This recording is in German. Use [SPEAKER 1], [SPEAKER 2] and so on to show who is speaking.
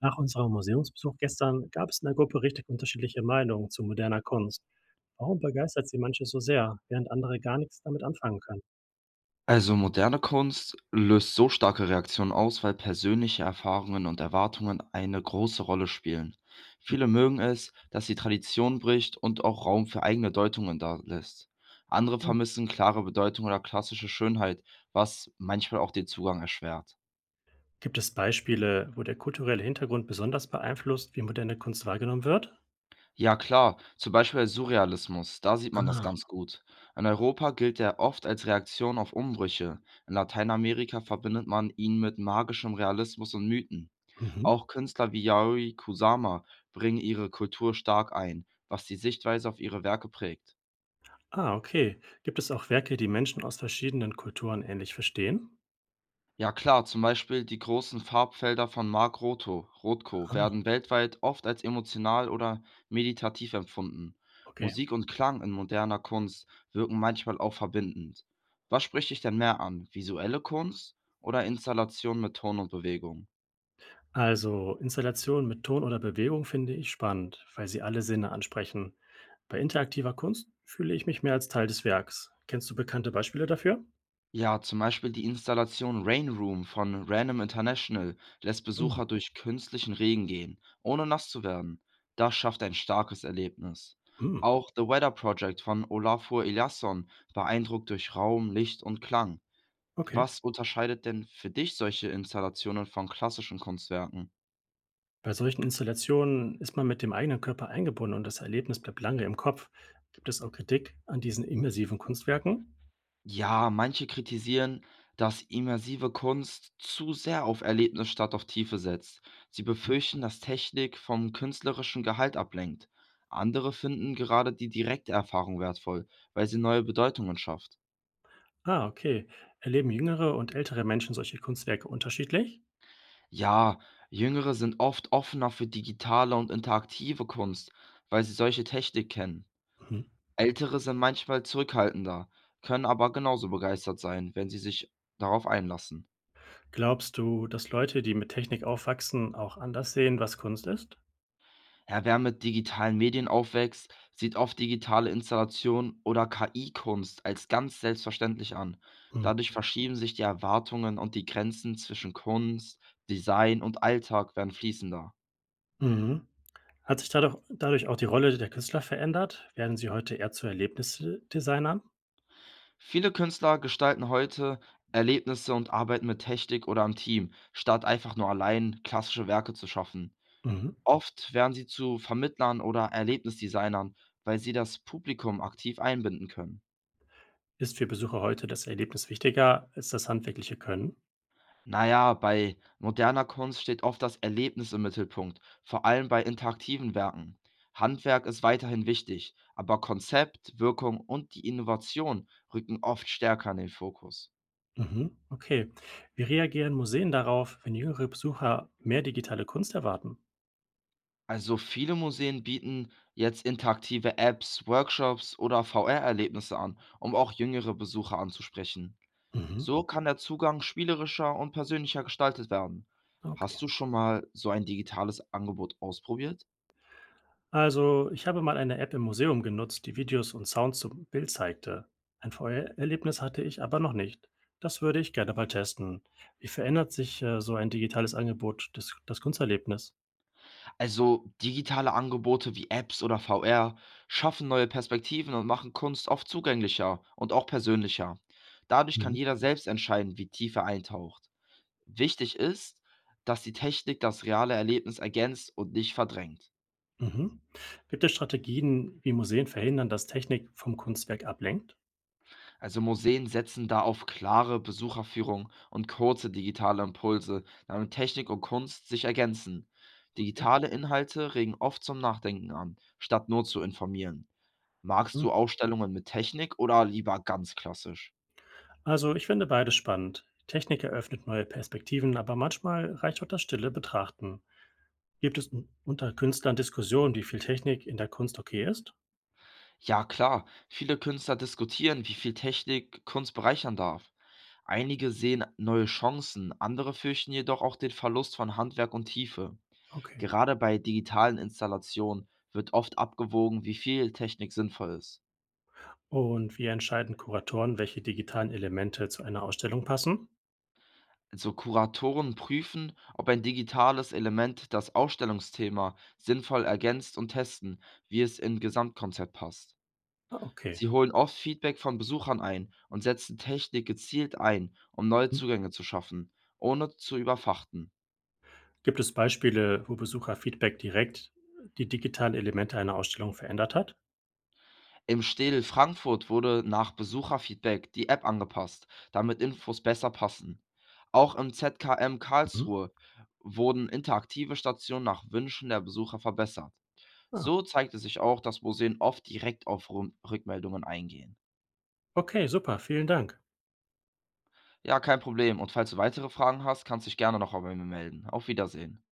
[SPEAKER 1] Nach unserem Museumsbesuch gestern gab es in der Gruppe richtig unterschiedliche Meinungen zu moderner Kunst. Warum begeistert sie manche so sehr, während andere gar nichts damit anfangen können?
[SPEAKER 2] Also moderne Kunst löst so starke Reaktionen aus, weil persönliche Erfahrungen und Erwartungen eine große Rolle spielen. Viele mögen es, dass die Tradition bricht und auch Raum für eigene Deutungen da lässt. Andere vermissen klare Bedeutung oder klassische Schönheit, was manchmal auch den Zugang erschwert.
[SPEAKER 1] Gibt es Beispiele, wo der kulturelle Hintergrund besonders beeinflusst, wie moderne Kunst wahrgenommen wird?
[SPEAKER 2] Ja klar, zum Beispiel der Surrealismus, da sieht man das
[SPEAKER 1] Ah,
[SPEAKER 2] ganz gut. In Europa gilt er oft als Reaktion auf Umbrüche. In Lateinamerika verbindet man ihn mit magischem Realismus und Mythen.
[SPEAKER 1] mhm.
[SPEAKER 2] Auch Künstler wie Yayoi Kusama bringen ihre Kultur stark ein, was die Sichtweise auf ihre Werke prägt.
[SPEAKER 1] Ah, okay. Gibt es auch Werke, die Menschen aus verschiedenen Kulturen ähnlich verstehen?
[SPEAKER 2] Ja klar, zum Beispiel die großen Farbfelder von Rothko
[SPEAKER 1] Ah,
[SPEAKER 2] werden weltweit oft als emotional oder meditativ empfunden.
[SPEAKER 1] okay.
[SPEAKER 2] Musik und Klang in moderner Kunst wirken manchmal auch verbindend. Was spricht dich denn mehr an, visuelle Kunst oder Installation mit Ton und Bewegung?
[SPEAKER 1] Also, Installationen mit Ton oder Bewegung finde ich spannend, weil sie alle Sinne ansprechen. Bei interaktiver Kunst fühle ich mich mehr als Teil des Werks. Kennst du bekannte Beispiele dafür?
[SPEAKER 2] Ja, zum Beispiel die Installation Rain Room von Random International lässt
[SPEAKER 1] Hm.
[SPEAKER 2] Besucher durch künstlichen Regen gehen, ohne nass zu werden. Das schafft ein starkes Erlebnis.
[SPEAKER 1] Hm,
[SPEAKER 2] Auch The Weather Project von Olafur Eliasson beeindruckt durch Raum, Licht und Klang.
[SPEAKER 1] okay.
[SPEAKER 2] Was unterscheidet denn für dich solche Installationen von klassischen Kunstwerken?
[SPEAKER 1] Bei solchen Installationen ist man mit dem eigenen Körper eingebunden und das Erlebnis bleibt lange im Kopf. Gibt es auch Kritik an diesen immersiven Kunstwerken?
[SPEAKER 2] Ja, manche kritisieren, dass immersive Kunst zu sehr auf Erlebnis statt auf Tiefe setzt. Sie
[SPEAKER 1] Hm.
[SPEAKER 2] befürchten, dass Technik vom künstlerischen Gehalt ablenkt. Andere finden gerade die direkte Erfahrung wertvoll, weil sie neue Bedeutungen schafft.
[SPEAKER 1] Ah, okay. Erleben jüngere und ältere Menschen solche Kunstwerke unterschiedlich?
[SPEAKER 2] Ja, Jüngere sind oft offener für digitale und interaktive Kunst, weil sie solche Technik kennen.
[SPEAKER 1] Mhm.
[SPEAKER 2] Ältere sind manchmal zurückhaltender, können aber genauso begeistert sein, wenn sie sich darauf einlassen.
[SPEAKER 1] Glaubst du, dass Leute, die mit Technik aufwachsen, auch anders sehen, was Kunst ist?
[SPEAKER 2] Ja, wer mit digitalen Medien aufwächst, sieht oft digitale Installationen oder KI-Kunst als ganz selbstverständlich an. Dadurch verschieben sich die Erwartungen und die Grenzen zwischen Kunst, Design und Alltag werden fließender.
[SPEAKER 1] Mhm. Hat sich dadurch auch die Rolle der Künstler verändert? Werden sie heute eher zu Erlebnisdesignern?
[SPEAKER 2] Viele Künstler gestalten heute Erlebnisse und arbeiten mit Technik oder im Team, statt einfach nur allein klassische Werke zu schaffen.
[SPEAKER 1] Mhm.
[SPEAKER 2] Oft werden sie zu Vermittlern oder Erlebnisdesignern, weil sie das Publikum aktiv einbinden können.
[SPEAKER 1] Ist für Besucher heute das Erlebnis wichtiger als das handwerkliche Können?
[SPEAKER 2] Na ja, bei moderner Kunst steht oft das Erlebnis im Mittelpunkt, vor allem bei interaktiven Werken. Handwerk ist weiterhin wichtig, aber Konzept, Wirkung und die Innovation rücken oft stärker in den Fokus.
[SPEAKER 1] Mhm. Okay. Wie reagieren Museen darauf, wenn jüngere Besucher mehr digitale Kunst erwarten?
[SPEAKER 2] Also viele Museen bieten jetzt interaktive Apps, Workshops oder VR-Erlebnisse an, um auch jüngere Besucher anzusprechen.
[SPEAKER 1] Mhm.
[SPEAKER 2] So kann der Zugang spielerischer und persönlicher gestaltet werden.
[SPEAKER 1] Okay.
[SPEAKER 2] Hast du schon mal so ein digitales Angebot ausprobiert?
[SPEAKER 1] Also, ich habe mal eine App im Museum genutzt, die Videos und Sounds zum Bild zeigte. Ein VR-Erlebnis hatte ich aber noch nicht. Das würde ich gerne mal testen. Wie verändert sich so ein digitales Angebot, das Kunsterlebnis?
[SPEAKER 2] Also digitale Angebote wie Apps oder VR schaffen neue Perspektiven und machen Kunst oft zugänglicher und auch persönlicher. Dadurch kann
[SPEAKER 1] Mhm,
[SPEAKER 2] jeder selbst entscheiden, wie tief er eintaucht. Wichtig ist, dass die Technik das reale Erlebnis ergänzt und nicht verdrängt.
[SPEAKER 1] mhm. Gibt es Strategien, wie Museen verhindern, dass Technik vom Kunstwerk ablenkt?
[SPEAKER 2] Also Museen setzen da auf klare Besucherführung und kurze digitale Impulse, damit Technik und Kunst sich ergänzen.
[SPEAKER 1] Okay.
[SPEAKER 2] Digitale Inhalte regen oft zum Nachdenken an, statt nur zu informieren. Magst
[SPEAKER 1] Mhm.
[SPEAKER 2] du Ausstellungen mit Technik oder lieber ganz klassisch?
[SPEAKER 1] Also ich finde beides spannend. Technik eröffnet neue Perspektiven, aber manchmal reicht auch das stille Betrachten. Gibt es unter Künstlern Diskussionen, wie viel Technik in der Kunst okay ist?
[SPEAKER 2] Ja, klar. Viele Künstler diskutieren, wie viel Technik Kunst bereichern darf. Einige sehen neue Chancen, andere fürchten jedoch auch den Verlust von Handwerk und Tiefe.
[SPEAKER 1] Okay.
[SPEAKER 2] Gerade bei digitalen Installationen wird oft abgewogen, wie viel Technik sinnvoll ist.
[SPEAKER 1] Und wie entscheiden Kuratoren, welche digitalen Elemente zu einer Ausstellung passen?
[SPEAKER 2] Also Kuratoren prüfen, ob ein digitales Element das Ausstellungsthema sinnvoll ergänzt und testen, wie es im Gesamtkonzept passt.
[SPEAKER 1] Ah, okay.
[SPEAKER 2] Sie holen oft Feedback von Besuchern ein und setzen Technik gezielt ein, um neue
[SPEAKER 1] Mhm.
[SPEAKER 2] Zugänge zu schaffen, ohne zu überfrachten.
[SPEAKER 1] Gibt es Beispiele, wo Besucherfeedback direkt die digitalen Elemente einer Ausstellung verändert hat?
[SPEAKER 2] Im Städel Frankfurt wurde nach Besucherfeedback die App angepasst, damit Infos besser passen. Auch im ZKM
[SPEAKER 1] Mhm.
[SPEAKER 2] Karlsruhe wurden interaktive Stationen nach Wünschen der Besucher verbessert.
[SPEAKER 1] Ah,
[SPEAKER 2] So zeigte sich auch, dass Museen oft direkt auf Rückmeldungen eingehen.
[SPEAKER 1] okay, super, vielen Dank.
[SPEAKER 2] Ja, kein Problem. Und falls du weitere Fragen hast, kannst du dich gerne noch bei mir melden. Auf Wiedersehen.